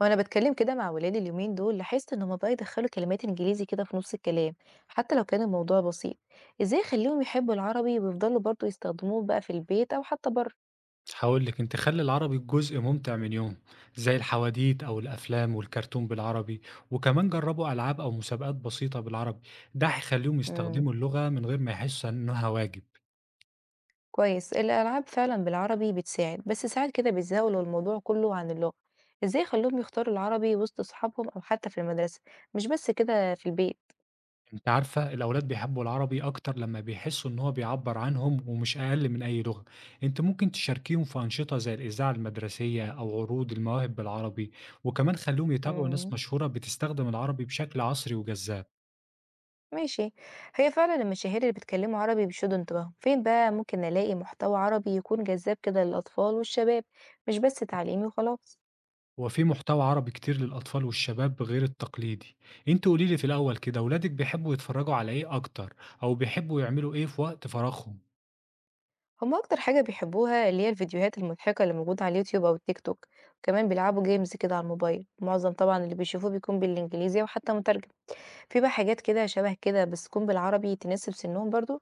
وانا بتكلم كده مع ولادي اليومين دول لاحظت انهم بقى يدخلوا كلمات انجليزي كده في نص الكلام، حتى لو كان الموضوع بسيط. ازاي اخليهم يحبوا العربي ويفضلوا برضو يستخدموه بقى في البيت او حتى بره؟ هاقول لِك، أنتِ خلّي العربي جزء ممتع من يومه، زي الحواديت أو الأفلام والكرتون بالعربي، وكمان جرّبوا ألعاب أو مسابقات بسيطة بالعربي، ده هيخلّيهم امم. يستخدموا اللغة من غير ما يحسّوا إنها واجب. كويس، الالعاب فعلا بالعربي بتساعد، بس ساعات كده بيتزاولوا لو الموضوع كله عن اللغة. ازاي اخليهم يختاروا العربي وسط اصحابهم او حتى في المدرسة، مش بس كده في البيت؟ أنتِ عارفة الأولاد بيحبّوا العربي أكتر لمّا بيحسّوا إن هو بيعبّر عنهم ومش أقل من أي لغة. أنتِ ممكن تشاركيهم في أنشطة زي الإذاعة المدرسية أو عروض المواهب بالعربي، وكمان خلّيهم يتابعوا ناس امم. مشهورة بتستخدم العربي بشكل عصري وجذاب. ماشي. هي فعلا المشاهير اللي بيتكلموا عربي بيشدوا انتباههم، فين بقى ممكن نلاقي محتوى عربي يكون جذاب كده للأطفال والشباب، مش بس تعليمي وخلاص؟ هو في محتوى عربي كتير للأطفال والشباب غير التقليدي، أنتِ قولي لي في الأول كده ولادِك بيحبوا يتفرّجوا على إيه أكتر، أو بيحبوا يعملوا إيه في وقت فراغهم؟ هما أكتر حاجة بيحبوها اللي هي الفيديوهات المضحكة اللي موجودة على اليوتيوب أو التيك توك، كمان بيلعبوا جيمز كده على الموبايل، معظم طبعا اللي بيشوفوه بيكون بالإنجليزي أو حتى مترجم. في بقى حاجات كده شبه كده بس تكون بالعربي تناسب سنهم برضو؟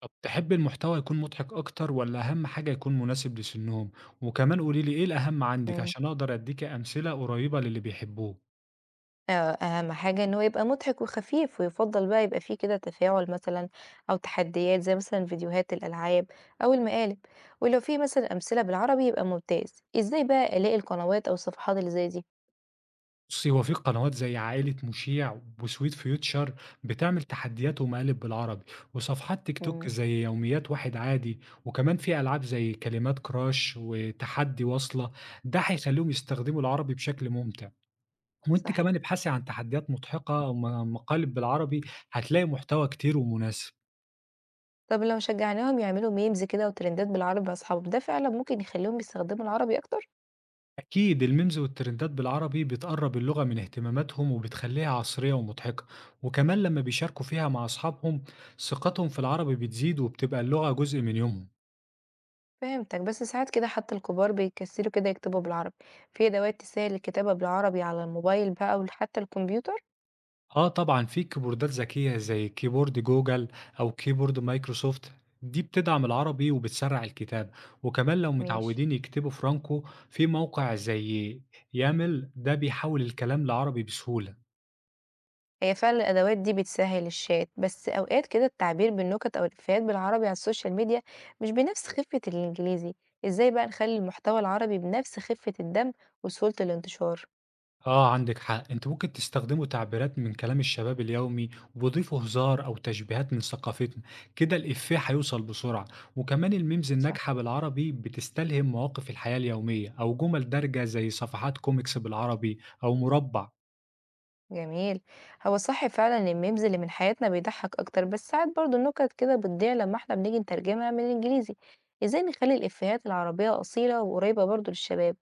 طب تحبّي المحتوى يكون مضحك أكتر والّا أهم حاجة يكون مناسب لسنّهم؟ وكمان قولي لي إيه الأهم عندِك عشان أقدر أدّيكِ أمثلة قريّبة للي بيحبوه؟ آه، أهم حاجة إن هو يبقى مضحك وخفيف، ويُفضّل بقى يبقى فيه كده تفاعل مثلًا أو تحديات زي مثلًا فيديوهات الألعاب أو المقالب، ولو في مثلًا أمثلة بالعربي يبقى ممتاز. إزاي بقى ألاقي القنوات أو الصفحات اللي زي دي؟ بُصّي، هو في قنوات زي عائلة مشيع وسويت فيوتشر بتعمل تحديات ومقالب بالعربي، وصفحات تيك إمم، توك زي يوميات واحد عادي، وكمان في ألعاب زي كلمات كراش وتحدي واصلة، ده هيخلّيهم يستخدموا العربي بشكل ممتع، وأنتِ صحيح. كمان ابحثي عن تحديات مضحكة أو مقالب بالعربي. هتلاقي محتوى كتير ومناسب. طَب لو شجعناهم يعملوا memes كده وترندات بالعربي مع أصحابهم، ده فعلًا ممكن يخلّيهم يستخدموا العربي أكتر؟ أكيد الميمز والترندات بالعربي بتقرب اللغة من اهتماماتهم وبتخليها عصرية ومضحكة، وكمان لما بيشاركوا فيها مع أصحابهم ثقتهم في العربي بتزيد وبتبقى اللغة جزء من يومهم. فهمتك، بس ساعات كده حتى الكبار بيكسلوا كده يكتبوا بالعربي، في أدوات تسهّل الكتابة بالعربي على الموبايل بقى وحتى الكمبيوتر؟ آه طبعا في كيبوردات ذكية زي كيبورد جوجل أو كيبورد مايكروسوفت، دي بتدعم العربي وبتسرع الكتابة. وكمان لو ماشي. متعودين يكتبوا فرانكو في موقع زي يامل، ده بيحول الكلام لعربي بسهولة. هي فعلًا الأدوات دي بتسهّل الشات، بس أوقات كده التعبير بالنكت أو الإفيهات بالعربي على السوشيال ميديا مش بنفس خفة الإنجليزي. إزاي بقى نخلّي المحتوى العربي بنفس خفة الدمج وسهولة الانتشار؟ آه عندِك حق، أنتم ممكن تستخدموا تعبيرات من كلام الشباب اليومي وضيفوا هزار أو تشبيهات من ثقافتنا، كده الإفيه هيوصل بسرعة، وكمان الميمز صح، الناجحة بالعربي بتستلهم مواقف الحياة اليومية أو جمل دارجة زي صفحات كوميكس بالعربي أو مربع. جميل. هو صح فعلًا الmemes اللي من حياتنا بيضحّك أكتر، بس ساعات برضه النكت كده بتضيع لمّا إحنا بنيجي نترجمها من الإنجليزي. إزاي نخلّي الإفيهات العربية أصيلة وقريبة برضه للشباب؟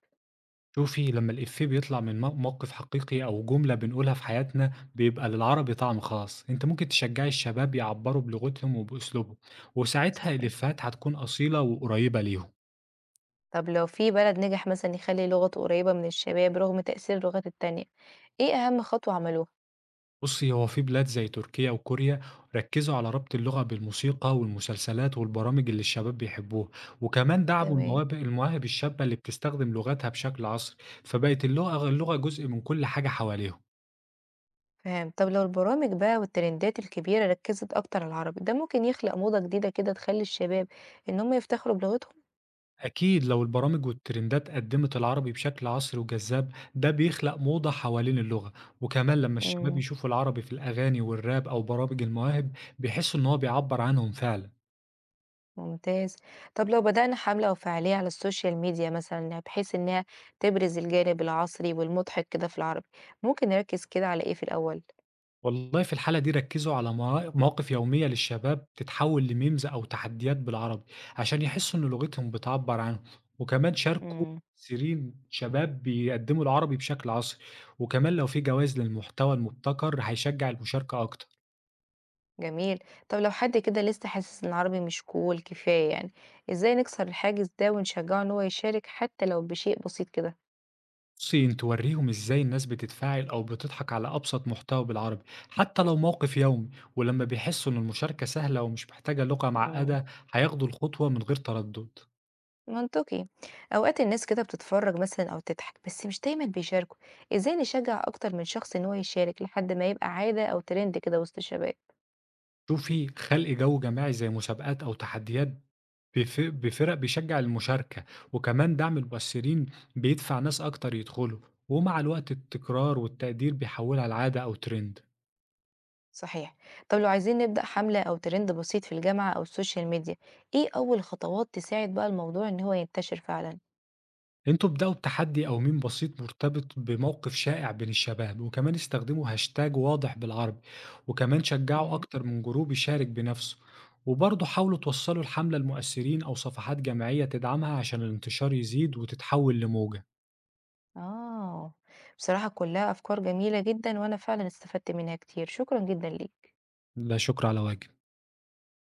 شوفي، لما الإفيه بيطلع من موقف حقيقي أو جملة بنقولها في حياتنا بيبقى للعربي طعم خاص، أنتِ ممكن تشجعي الشباب يعبّروا بلغتهم وبأسلوبهم، وساعتها صحيح. الإفيهات هتكون أصيلة وقريبة ليهم. طب لو في بلد نجح مثلًا يخلّي لغته قريبة من الشباب رغم تأثير اللغات التانية، إيه أهم خطوة عملوها؟ بُصّي، هو في بلاد زي تركيا وكوريا ركّزوا على ربط اللغة بالموسيقى والمسلسلات والبرامج اللي الشباب بيحبوها، وكمان دعموا تمام، المواهب الشابة اللي بتستخدم لغتها بشكل عصري، فبقت اللغة جزء من كل حاجة حواليهم. فهمت. طب لو البرامج بقى والترندات الكبيرة ركّزت أكتر على العربي، ده ممكن يخلق موضة جديدة كده تخلّي الشباب إن هم يفتخروا بلغتهم؟ أكيد لو البرامج والترندات قدّمت العربي بشكل عصري وجذاب، ده بيخلق موضة حوالين اللغة، وكمان لما الشباب إمم، يشوفوا العربي في الأغاني والراب أو برامج المواهب، بيحسوا إن هو بيعبّر عنهم فعلًا. ممتاز. طب لو بدأنا حملة أو فعالية على السوشيال ميديا مثلًا، يعني بحيث إنها تبرز الجانب العصري والمضحك كده في العربي، ممكن نركّز كده على إيه في الأول؟ والله في الحالة دي ركزوا على مواقف يومية للشباب تتحول لميمز أو تحديات بالعربي، عشان يحسوا إن لغتهم بتعبر عنهم، وكمان شاركوا إمم، ممثلين شباب بيقدموا العربي بشكل عصري، وكمان لو في جوائز للمحتوى المبتكر هيشجع المشاركة أكتر. جميل. طب لو حد كده لسه حاسس إن العربي مش cool كفاية يعني، إزاي نكسر الحاجز ده ونشجّعه إن هو يشارك حتى لو بشيء بسيط كده؟ بصي إن توريهم إزاي الناس بتتفاعل أو بتضحك على أبسط محتوى بالعربي، حتى لو موقف يومي، ولما بيحسوا إن المشاركة سهلة ومش محتاجة لغة إمم. معقدة هياخدوا الخطوة من غير تردد. منطقي. اوقات الناس كده بتتفرج مثلا او تضحك بس مش دايما بيشاركوا. ازاي نشجع اكتر من شخص ان هو يشارك لحد ما يبقى عادة او ترند كده وسط الشباب؟ شوفي، خلق جو جماعي زي مسابقات أو تحديات بفرق بيشجع المشاركة، وكمان دعم المؤثرين بيدفع ناس أكتر يدخلوا، ومع الوقت التكرار والتقدير بيحولها لعادة أو ترند. صحيح. طب لو عايزين نبدأ حملة او ترند بسيط في الجامعة او السوشيال ميديا، ايه اول خطوات تساعد بقى الموضوع ان هو ينتشر فعلا؟ انتوا ابدأوا بتحدي أو ميم بسيط مرتبط بموقف شائع بين الشباب، وكمان استخدموا هاشتاج واضح بالعربي، وكمان شجعوا امم. أكتر من جروب يشارك بنفسه، وبرضه حاولوا توصلوا الحملة لمؤثرين أو صفحات جماعية تدعمها عشان الانتشار يزيد وتتحول لموجة. اه، بصراحة كلها افكار جميلة جدا وانا فعلا استفدت منها كتير. شكرا جدا ليك. لا شكر على واجب.